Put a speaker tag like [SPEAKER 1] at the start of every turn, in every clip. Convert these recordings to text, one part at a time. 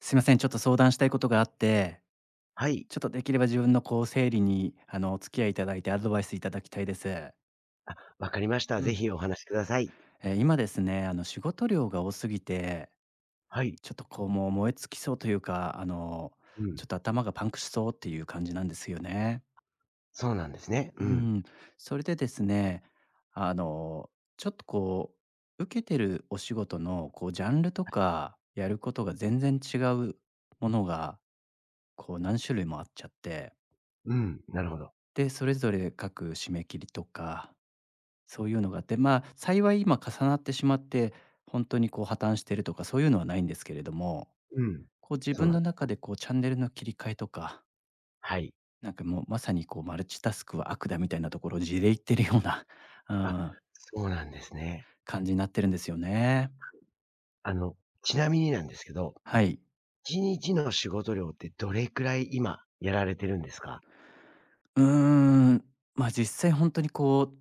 [SPEAKER 1] すいません、ちょっと相談したいことがあって、
[SPEAKER 2] はい、
[SPEAKER 1] ちょっとできれば自分の整理にお付き合いいただいてアドバイスいただきたいです。
[SPEAKER 2] わかりました。
[SPEAKER 1] う
[SPEAKER 2] ぜ
[SPEAKER 1] ん。
[SPEAKER 2] ひお話しください。
[SPEAKER 1] 今ですね、仕事量が多すぎて、
[SPEAKER 2] はい。
[SPEAKER 1] ちょっともう燃え尽きそうというか、
[SPEAKER 2] う
[SPEAKER 1] ちょっ
[SPEAKER 2] ん。
[SPEAKER 1] と頭がパンクしそうっていう感じなんですよね。
[SPEAKER 2] そうなんですね。
[SPEAKER 1] う
[SPEAKER 2] うん。
[SPEAKER 1] ん、それでですね、あのちょっと受けてるお仕事のジャンルとかやることが全然違うものが何種類もあっちゃって。
[SPEAKER 2] うん、なるほど。
[SPEAKER 1] で、それぞれ各締め切りとか、そういうのがあって、まあ、幸い今重なってしまって、本当に破綻してるとかそういうのはないんですけれども、
[SPEAKER 2] うん。
[SPEAKER 1] 自
[SPEAKER 2] そう
[SPEAKER 1] 分
[SPEAKER 2] なん
[SPEAKER 1] の
[SPEAKER 2] で
[SPEAKER 1] 中
[SPEAKER 2] す
[SPEAKER 1] でチャンネルの切り替えとか、
[SPEAKER 2] はい。
[SPEAKER 1] なんかもうまさにマルチタスクは悪だみたいなところを地で言ってるような、う
[SPEAKER 2] あ、
[SPEAKER 1] ん、
[SPEAKER 2] そうなんですね。
[SPEAKER 1] 感じになってるんですよね。
[SPEAKER 2] あの、ちなみになんですけど、
[SPEAKER 1] はい。
[SPEAKER 2] 1日の仕事量ってどれくらい今やられてるんですか？
[SPEAKER 1] うーん、ま、実際本当に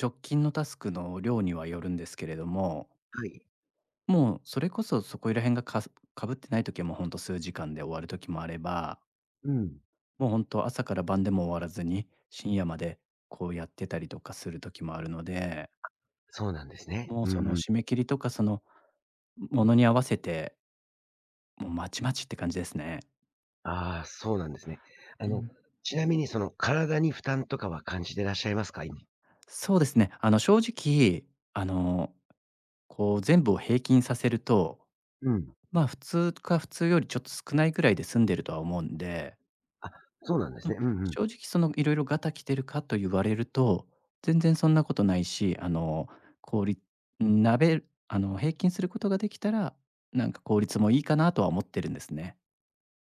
[SPEAKER 1] 直近のタスクの量にはよるんですけれども、
[SPEAKER 2] はい。
[SPEAKER 1] もうそれこそそこら辺がかすかぶってない時はもうほんと数時間で終わる時もあれば、
[SPEAKER 2] うん。
[SPEAKER 1] もうほんと朝から晩でも終わらずに、深夜までやってたりとかする時もあるので、
[SPEAKER 2] そうなんですね。
[SPEAKER 1] もう
[SPEAKER 2] う
[SPEAKER 1] そ
[SPEAKER 2] ん
[SPEAKER 1] の
[SPEAKER 2] うん。
[SPEAKER 1] 締め切りとかその、ものに合わせて、もうまちまちって感じですね。
[SPEAKER 2] ああ、そうなんですね。あ
[SPEAKER 1] う
[SPEAKER 2] の、
[SPEAKER 1] ん。
[SPEAKER 2] ちなみにその体に負担とかは感じてらっしゃいますか？今。
[SPEAKER 1] そうですね、正直、あの、全部を平均させると、
[SPEAKER 2] うん。
[SPEAKER 1] まあ普通か普通よりちょっと少ないぐらいで済んでるとは思うんで、
[SPEAKER 2] あ、そうなんで
[SPEAKER 1] う
[SPEAKER 2] す
[SPEAKER 1] ん、
[SPEAKER 2] ね。うんうん、
[SPEAKER 1] 正直その、いろいろガタ来てるかと言われると、全然そんなことないし、効率鍋平均することができたら、なんか効率もいいかなとは思ってるんですね。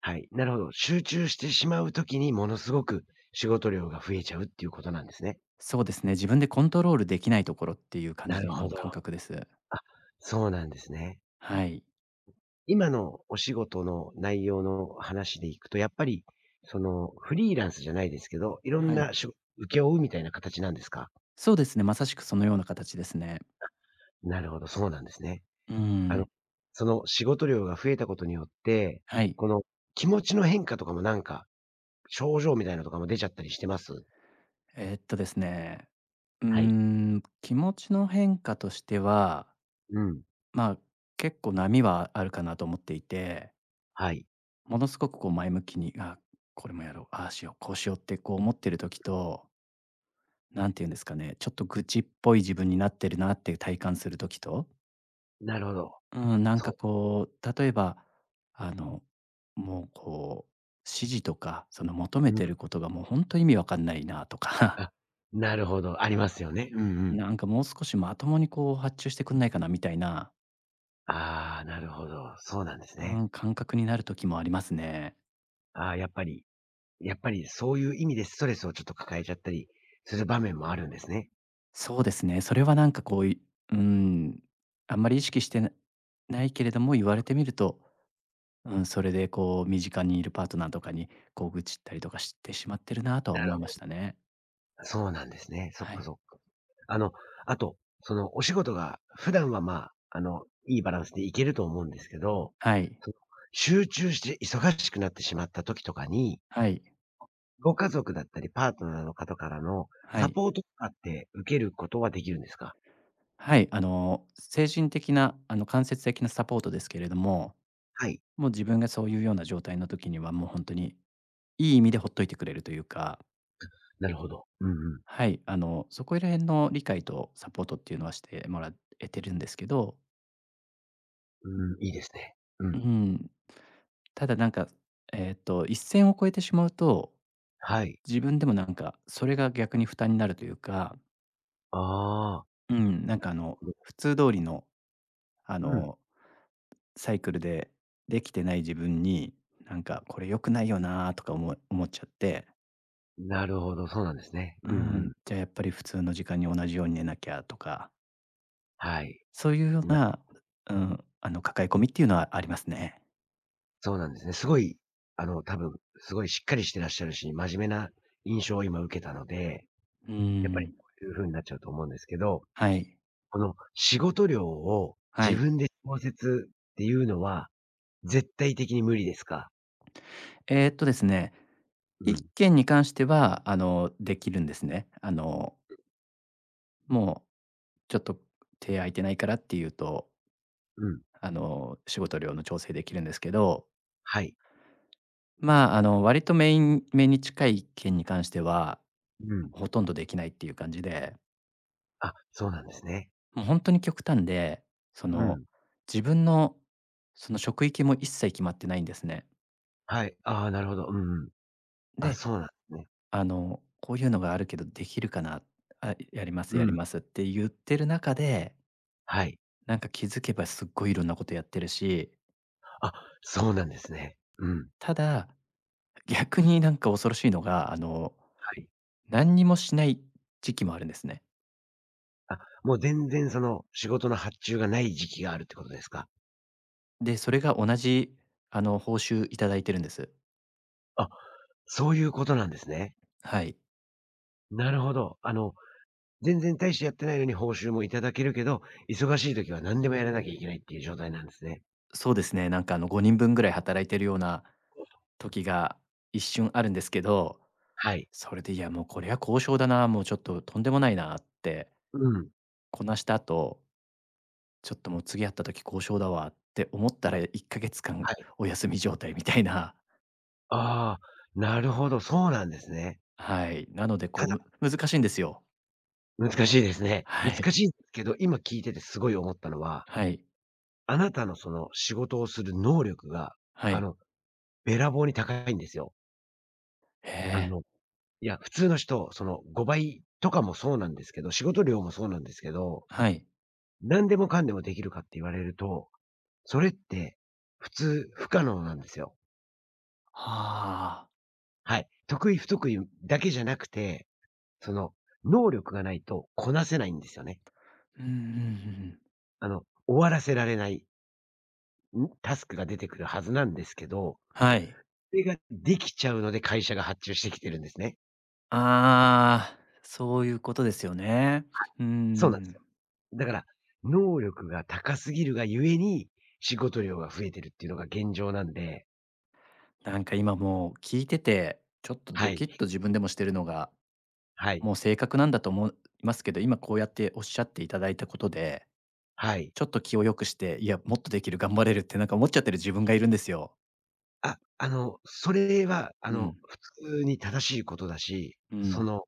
[SPEAKER 2] はい、なるほど。集中してしまうときにものすごく仕事量が増えちゃうっていうことなんですね。
[SPEAKER 1] そうですね、自分でコントロールできないところっていう感
[SPEAKER 2] なる
[SPEAKER 1] じ
[SPEAKER 2] ほ
[SPEAKER 1] の
[SPEAKER 2] ど。
[SPEAKER 1] 感覚です。
[SPEAKER 2] あ、そうなんですね。
[SPEAKER 1] はい。
[SPEAKER 2] 今のお仕事の内容の話でいくと、やっぱり、その、フリーランスじゃないですけど、いろん
[SPEAKER 1] はい。
[SPEAKER 2] なしょ請け負うみたいな形なんですか？
[SPEAKER 1] そうですね、まさしくそのような形ですね。
[SPEAKER 2] なるほど、そうなんですね。
[SPEAKER 1] うー
[SPEAKER 2] あの、
[SPEAKER 1] ん、
[SPEAKER 2] その仕事量が増えたことによって、
[SPEAKER 1] はい。
[SPEAKER 2] この気持ちの変化とかもなんか、症状みたいなのとかも出ちゃったりしてます？
[SPEAKER 1] ですね、うー
[SPEAKER 2] はい。
[SPEAKER 1] ん、気持ちの変化としては、
[SPEAKER 2] うん。
[SPEAKER 1] まあ、結構波はあるかなと思っていて、
[SPEAKER 2] はい。
[SPEAKER 1] ものすごく前向きに、あ、これもやろう、ああしよう、こうしようって思ってる時と、何て言うんですかね、ちょっと愚痴っぽい自分になってるなって体感する時と、
[SPEAKER 2] なるほど。
[SPEAKER 1] うん、なん
[SPEAKER 2] そ
[SPEAKER 1] か、
[SPEAKER 2] う。
[SPEAKER 1] 例えば、あの、もう、指示とか、その求め
[SPEAKER 2] うん。
[SPEAKER 1] てることがもう本当意味わかんないなとか、
[SPEAKER 2] あ、なるほど、あ
[SPEAKER 1] あ、
[SPEAKER 2] りますよね。うんうん。
[SPEAKER 1] なんかもう少しまともに発注してくんないかなみたいな、
[SPEAKER 2] ああ、なるほど、そうなんです
[SPEAKER 1] う
[SPEAKER 2] ね。
[SPEAKER 1] ん、感覚になる時もありますね。
[SPEAKER 2] ああ、やっぱり、やっぱりそういう意味でストレスをちょっと抱えちゃったりする場面もあるんですね。
[SPEAKER 1] そうですね。それはなんかうん、あんまり意識してないけれども、言われてみると、うん、それで身近にいるパートナーとかに、愚痴ったりとかしてしまってるなとは
[SPEAKER 2] なる
[SPEAKER 1] 思いまし
[SPEAKER 2] ほ
[SPEAKER 1] たね。
[SPEAKER 2] ど、そうなんですね。そっ
[SPEAKER 1] は
[SPEAKER 2] か
[SPEAKER 1] い。
[SPEAKER 2] そっか。あの、あと、そのお仕事が普段は、まあ、あの、いいバランスでいけると思うんですけど、
[SPEAKER 1] はい。
[SPEAKER 2] その、集中して忙しくなってしまった時とかに、
[SPEAKER 1] はい。
[SPEAKER 2] ご家族だったりパートナーの方からの
[SPEAKER 1] は
[SPEAKER 2] サ
[SPEAKER 1] い。
[SPEAKER 2] ポートとかって受けることはできるんですか？
[SPEAKER 1] はい。精神的な、間接的なサポートですけれども、
[SPEAKER 2] はい。
[SPEAKER 1] もう自分がそういうような状態の時には、もう本当にいい意味でほっといてくれるというか、
[SPEAKER 2] なるほど。うんうん。
[SPEAKER 1] はい、そこら辺の理解とサポートっていうのはしてもらえてるんですけど、
[SPEAKER 2] うん、いいですね。う
[SPEAKER 1] う
[SPEAKER 2] ん。
[SPEAKER 1] ん。ただなんか、一線を越えてしまうと、
[SPEAKER 2] はい。
[SPEAKER 1] 自分でもなんか、それが逆に負担になるというか、
[SPEAKER 2] ああ。
[SPEAKER 1] うん、なんか普通通りの、あ
[SPEAKER 2] うん。
[SPEAKER 1] の、サイクルでできてない自分に、なんかこれ良くないよなとか思っちゃって、
[SPEAKER 2] なるほど、そうなんですね。
[SPEAKER 1] う
[SPEAKER 2] うんう
[SPEAKER 1] ん、
[SPEAKER 2] ん。
[SPEAKER 1] じゃあやっぱり普通の時間に同じように寝なきゃとか、
[SPEAKER 2] はい。
[SPEAKER 1] そういうよう
[SPEAKER 2] な、
[SPEAKER 1] な、うん、抱え込みっていうのはありますね。
[SPEAKER 2] そうなんですね。すごい、あの、多分、すごいしっかりしてらっしゃるし、真面目な印象を今受けたので、
[SPEAKER 1] う
[SPEAKER 2] やっぱり
[SPEAKER 1] ん。
[SPEAKER 2] こういう風になっちゃうと思うんですけど、
[SPEAKER 1] はい。
[SPEAKER 2] この仕事量を
[SPEAKER 1] は
[SPEAKER 2] 自
[SPEAKER 1] い。
[SPEAKER 2] 分で調節っていうのは、絶対的に無理ですか？
[SPEAKER 1] ですね
[SPEAKER 2] うん。
[SPEAKER 1] 一件に関しては、あの、できるんですね。もうちょっと手空いてないからっていうと、
[SPEAKER 2] うん。
[SPEAKER 1] 仕事量の調整できるんですけど、
[SPEAKER 2] はい。
[SPEAKER 1] まあ、割とメインめに近い件に関しては、
[SPEAKER 2] うん。
[SPEAKER 1] ほとんどできないっていう感じで、
[SPEAKER 2] あ、そうなんですね。
[SPEAKER 1] もう本当に極端で、そ
[SPEAKER 2] う
[SPEAKER 1] の、
[SPEAKER 2] ん。
[SPEAKER 1] 自分の、その、職域も一切決まってないんですね。
[SPEAKER 2] はい。ああ、なるほど。うんうん。あ、
[SPEAKER 1] で、
[SPEAKER 2] そうなんですね。
[SPEAKER 1] こういうのがあるけどできるかな、あ、やります
[SPEAKER 2] う
[SPEAKER 1] やり
[SPEAKER 2] ん。
[SPEAKER 1] ますって言ってる中で
[SPEAKER 2] はい。
[SPEAKER 1] なんか気づけばすっごいいろんなことやってるし、
[SPEAKER 2] あ、そうなんですね。うん。
[SPEAKER 1] ただ、逆になんか恐ろしいのが、
[SPEAKER 2] はい。
[SPEAKER 1] 何にもしない時期もあるんですね。
[SPEAKER 2] あ、もう全然その、仕事の発注がない時期があるってことですか？
[SPEAKER 1] で、それが同じ、報酬いただいてるんです。
[SPEAKER 2] あ、そういうことなんですね。
[SPEAKER 1] はい。
[SPEAKER 2] なるほど。全然大してやってないのに報酬もいただけるけど、忙しい時は何でもやらなきゃいけないっていう状態なんですね。
[SPEAKER 1] そうですね。なんか5人分ぐらい働いてるような時が一瞬あるんですけど、
[SPEAKER 2] はい。
[SPEAKER 1] それで、いや、もうこれは交渉だな、もうちょっととんでもないなって、
[SPEAKER 2] うん。
[SPEAKER 1] こなした後、ちょっともう次会った時交渉だわって思ったら1ヶ月間
[SPEAKER 2] はい。
[SPEAKER 1] お休み状態みたいな。
[SPEAKER 2] ああ、なるほど、そうなんですね。
[SPEAKER 1] はい。なので、こ
[SPEAKER 2] た
[SPEAKER 1] う、
[SPEAKER 2] だ、
[SPEAKER 1] 難しいんですよ。
[SPEAKER 2] 難しいですね。
[SPEAKER 1] はい。
[SPEAKER 2] 難しいけど、今聞いててすごい思ったのは、
[SPEAKER 1] はい。
[SPEAKER 2] あなたのその仕事をする能力が、
[SPEAKER 1] は
[SPEAKER 2] あ
[SPEAKER 1] い。
[SPEAKER 2] の、べらぼうに高いんですよ。
[SPEAKER 1] へ
[SPEAKER 2] あ
[SPEAKER 1] え。
[SPEAKER 2] の、いや、普通の人、その5倍とかもそうなんですけど、仕事量もそうなんですけど、
[SPEAKER 1] はい。
[SPEAKER 2] 何でもかんでもできるかって言われると、それって普通不可能なんですよ。
[SPEAKER 1] ああ。
[SPEAKER 2] はい。得意不得意だけじゃなくて、その、能力がないとこなせないんですよね。
[SPEAKER 1] うんうんうんうん。
[SPEAKER 2] あの、終わらせられない、んタスクが出てくるはずなんですけど、
[SPEAKER 1] はい。
[SPEAKER 2] それができちゃうので会社が発注してきてるんですね。
[SPEAKER 1] ああ、そういうことですよね。うー
[SPEAKER 2] そうなんですよ。
[SPEAKER 1] ん。
[SPEAKER 2] だから、能力が高すぎるがゆえに、仕事量が増えてるっていうのが現状なんで、
[SPEAKER 1] なんか今もう聞いてて、ちょっと
[SPEAKER 2] は
[SPEAKER 1] ド
[SPEAKER 2] い、
[SPEAKER 1] キッと自分でもしてるのが、
[SPEAKER 2] はい、
[SPEAKER 1] もう正確なんだと思いますけど、今こうやっておっしゃっていただいたことで、
[SPEAKER 2] はい。
[SPEAKER 1] ちょっと気を良くして、いや、もっとできる、頑張れるってなんか思っちゃってる自分がいるんですよ。
[SPEAKER 2] あ、あの、それは、あ
[SPEAKER 1] う
[SPEAKER 2] の、
[SPEAKER 1] ん。
[SPEAKER 2] 普通に正しいことだし、
[SPEAKER 1] う
[SPEAKER 2] そ
[SPEAKER 1] ん。
[SPEAKER 2] の、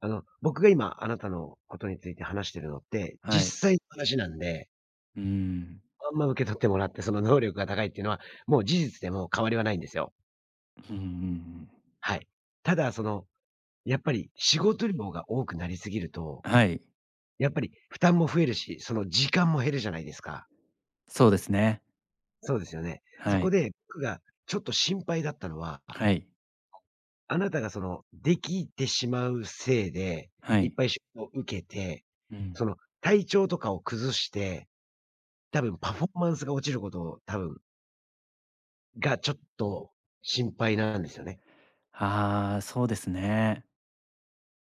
[SPEAKER 2] あの、僕が今あなたのことについて話してるのって、
[SPEAKER 1] は
[SPEAKER 2] 実
[SPEAKER 1] い。
[SPEAKER 2] 際の話なんで、
[SPEAKER 1] うーん。
[SPEAKER 2] まんま受け取ってもらって、その能力が高いっていうのは、もう事実でもう変わりはないんですよ。
[SPEAKER 1] うんうんうん。
[SPEAKER 2] はい。ただ、その、やっぱり仕事量が多くなりすぎると、
[SPEAKER 1] はい。
[SPEAKER 2] やっぱり負担も増えるし、その時間も減るじゃないですか。
[SPEAKER 1] そうですね。
[SPEAKER 2] そうですよね。
[SPEAKER 1] は
[SPEAKER 2] そこ
[SPEAKER 1] い。
[SPEAKER 2] で僕がちょっと心配だったのは、
[SPEAKER 1] はい。
[SPEAKER 2] あなたがその、できてしまうせいで、
[SPEAKER 1] は
[SPEAKER 2] いっ
[SPEAKER 1] い。
[SPEAKER 2] ぱい仕事を受けて、
[SPEAKER 1] うん。
[SPEAKER 2] その、体調とかを崩して、多分パフォーマンスが落ちることを多分が、ちょっと心配なんですよね。
[SPEAKER 1] ああ、そうですね。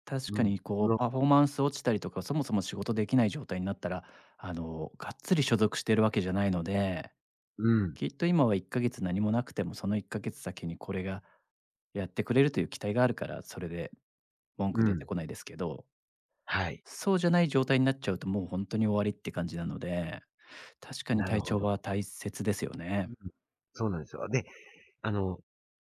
[SPEAKER 1] 確か
[SPEAKER 2] うん。
[SPEAKER 1] に
[SPEAKER 2] その
[SPEAKER 1] パフォーマンス落ちたりとか、そもそも仕事できない状態になったら、がっつり所属してるわけじゃないので、
[SPEAKER 2] うん、
[SPEAKER 1] きっと今は1ヶ月何もなくても、その1ヶ月先にこれがやってくれるという期待があるから、それで文句
[SPEAKER 2] う
[SPEAKER 1] 出て
[SPEAKER 2] ん。
[SPEAKER 1] こないですけど、
[SPEAKER 2] はい。
[SPEAKER 1] そうじゃない状態になっちゃうともう本当に終わりって感じなので、確かに
[SPEAKER 2] なる
[SPEAKER 1] 体
[SPEAKER 2] ほ
[SPEAKER 1] 調
[SPEAKER 2] ど。
[SPEAKER 1] は大切ですよね。
[SPEAKER 2] うん。そうなんですよ。で、あの、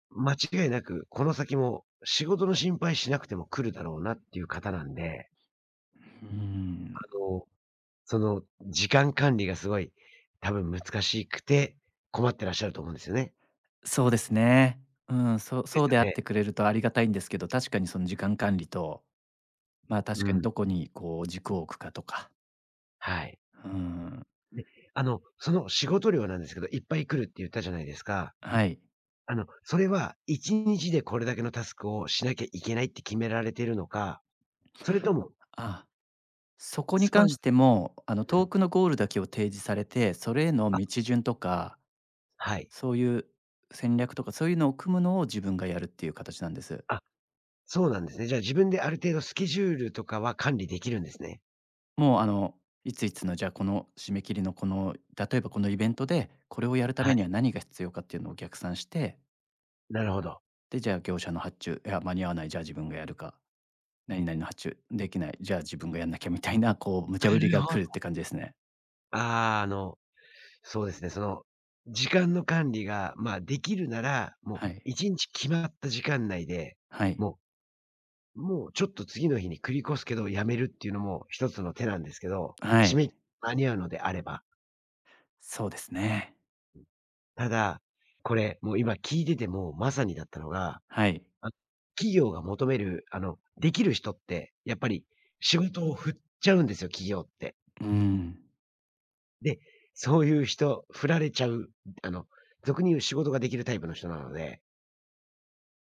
[SPEAKER 2] 間違いなくこの先も仕事の心配しなくても来るだろうなっていう方なんで、
[SPEAKER 1] うん、
[SPEAKER 2] あの、その、時間管理がすごい、多分難しくて、困ってらっしゃると思うんですよね。
[SPEAKER 1] そうですね。うん、そう
[SPEAKER 2] で
[SPEAKER 1] そう
[SPEAKER 2] すよ
[SPEAKER 1] であっ
[SPEAKER 2] ね。
[SPEAKER 1] てくれるとありがたいんですけど、確かにその時間管理と、まあ、確
[SPEAKER 2] う
[SPEAKER 1] かに
[SPEAKER 2] ん。
[SPEAKER 1] どこに軸を置くかとか、
[SPEAKER 2] はい。
[SPEAKER 1] うん、
[SPEAKER 2] で、あの、その仕事量なんですけど、いっぱい来るって言ったじゃないですか。
[SPEAKER 1] はい。
[SPEAKER 2] あの、それは1日でこれだけのタスクをしなきゃいけないって決められているのか、それとも、
[SPEAKER 1] あ、そこに
[SPEAKER 2] スパ
[SPEAKER 1] 関
[SPEAKER 2] ン
[SPEAKER 1] しても、あの
[SPEAKER 2] う
[SPEAKER 1] 遠
[SPEAKER 2] ん。
[SPEAKER 1] くのゴールだけを提示されて、それへの
[SPEAKER 2] あ、
[SPEAKER 1] 道順とか、
[SPEAKER 2] はい。
[SPEAKER 1] そういう戦略とか、そういうのを組むのを自分がやるっていう形なんです。
[SPEAKER 2] あ、そうなんですね。じゃあ自分である程度スケジュールとかは管理できるんですね。
[SPEAKER 1] もういついつのじゃあこの締め切りのこの、例えばこのイベントで、これをやるた
[SPEAKER 2] は
[SPEAKER 1] めには
[SPEAKER 2] い。
[SPEAKER 1] 何が必要かっていうのを逆算して、
[SPEAKER 2] なるほど。
[SPEAKER 1] で、じゃあ業者の発注、いや、間に合わない、じゃあ自分がやるか、何々の発注できない、じゃあ自分がやんなきゃみたいな、無
[SPEAKER 2] な
[SPEAKER 1] 茶ぶり
[SPEAKER 2] る
[SPEAKER 1] が
[SPEAKER 2] ほ
[SPEAKER 1] 来るっ
[SPEAKER 2] ど。
[SPEAKER 1] て感じですね。
[SPEAKER 2] ああ、あの、そうですね、その、時間の管理が、まあ、できるなら、もう
[SPEAKER 1] はい。
[SPEAKER 2] 1日決まった時間内で、
[SPEAKER 1] はい。
[SPEAKER 2] もう、もうちょっと次の日に繰り越すけどやめるっていうのも一つの手なんですけど、
[SPEAKER 1] は
[SPEAKER 2] 締
[SPEAKER 1] い。
[SPEAKER 2] め切り間に合うのであれば。
[SPEAKER 1] そうですね。
[SPEAKER 2] ただ、これ、もう今聞いててもまさにだったのが、
[SPEAKER 1] はい。
[SPEAKER 2] あ、企業が求める、あの、できる人って、やっぱり仕事を振っちゃうんですよ、企業って。
[SPEAKER 1] うーん。
[SPEAKER 2] で、そういう人、振られちゃう、あの、俗に言う仕事ができるタイプの人なので、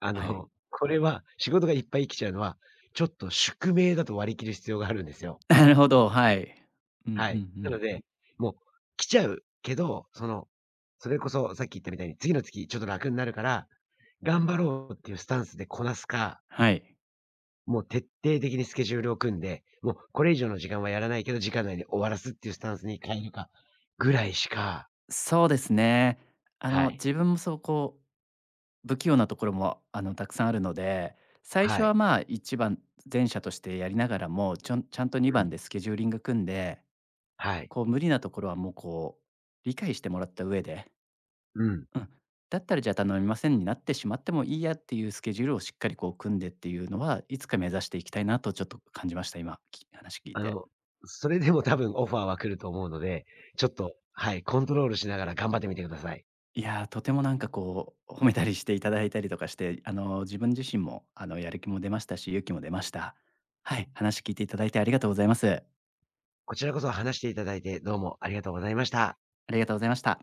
[SPEAKER 2] あ
[SPEAKER 1] はい。
[SPEAKER 2] の、これは仕事がいっぱい来ちゃうのは、ちょっと宿命だと割り切る必要があるんですよ。
[SPEAKER 1] なるほど、はい。うんうん
[SPEAKER 2] は
[SPEAKER 1] う
[SPEAKER 2] い。なの
[SPEAKER 1] ん。
[SPEAKER 2] で、もう来ちゃうけど、その、それこそさっき言ったみたいに、次の月ちょっと楽になるから、頑張ろうっていうスタンスでこなすか、
[SPEAKER 1] はい。
[SPEAKER 2] もう徹底的にスケジュールを組んで、もうこれ以上の時間はやらないけど、時間内に終わらすっていうスタンスに変えるかぐらいしか、
[SPEAKER 1] そうですね。
[SPEAKER 2] はい。
[SPEAKER 1] 自分もそう、不器用なところも、たくさんあるので、最初
[SPEAKER 2] は
[SPEAKER 1] は
[SPEAKER 2] い。
[SPEAKER 1] まあ一番前者としてやりながらも、ちょんちゃんと
[SPEAKER 2] う
[SPEAKER 1] 2番
[SPEAKER 2] ん。
[SPEAKER 1] でスケジューリング組んで、
[SPEAKER 2] はい。
[SPEAKER 1] 無理なところはもう理解してもらった上で、
[SPEAKER 2] うん。
[SPEAKER 1] うん、だったらじゃあ頼みませんになってしまってもいいやっていうスケジュールをしっかり組んでっていうのは、いつか目指していきたいなとちょっと感じました、今、話聞い
[SPEAKER 2] あ
[SPEAKER 1] て。
[SPEAKER 2] の、それでも多分オファーは来ると思うので、ちょっと、はい、コントロールしながら頑張ってみてください。
[SPEAKER 1] いやー、とてもなんか褒めたりしていただいたりとかして、自分自身もやる気も出ましたし、勇気も出ました。はい、話聞いていただいてありがとうございます。
[SPEAKER 2] こちらこそ話していただいて、どうもありがとうございました。
[SPEAKER 1] ありがとうございました。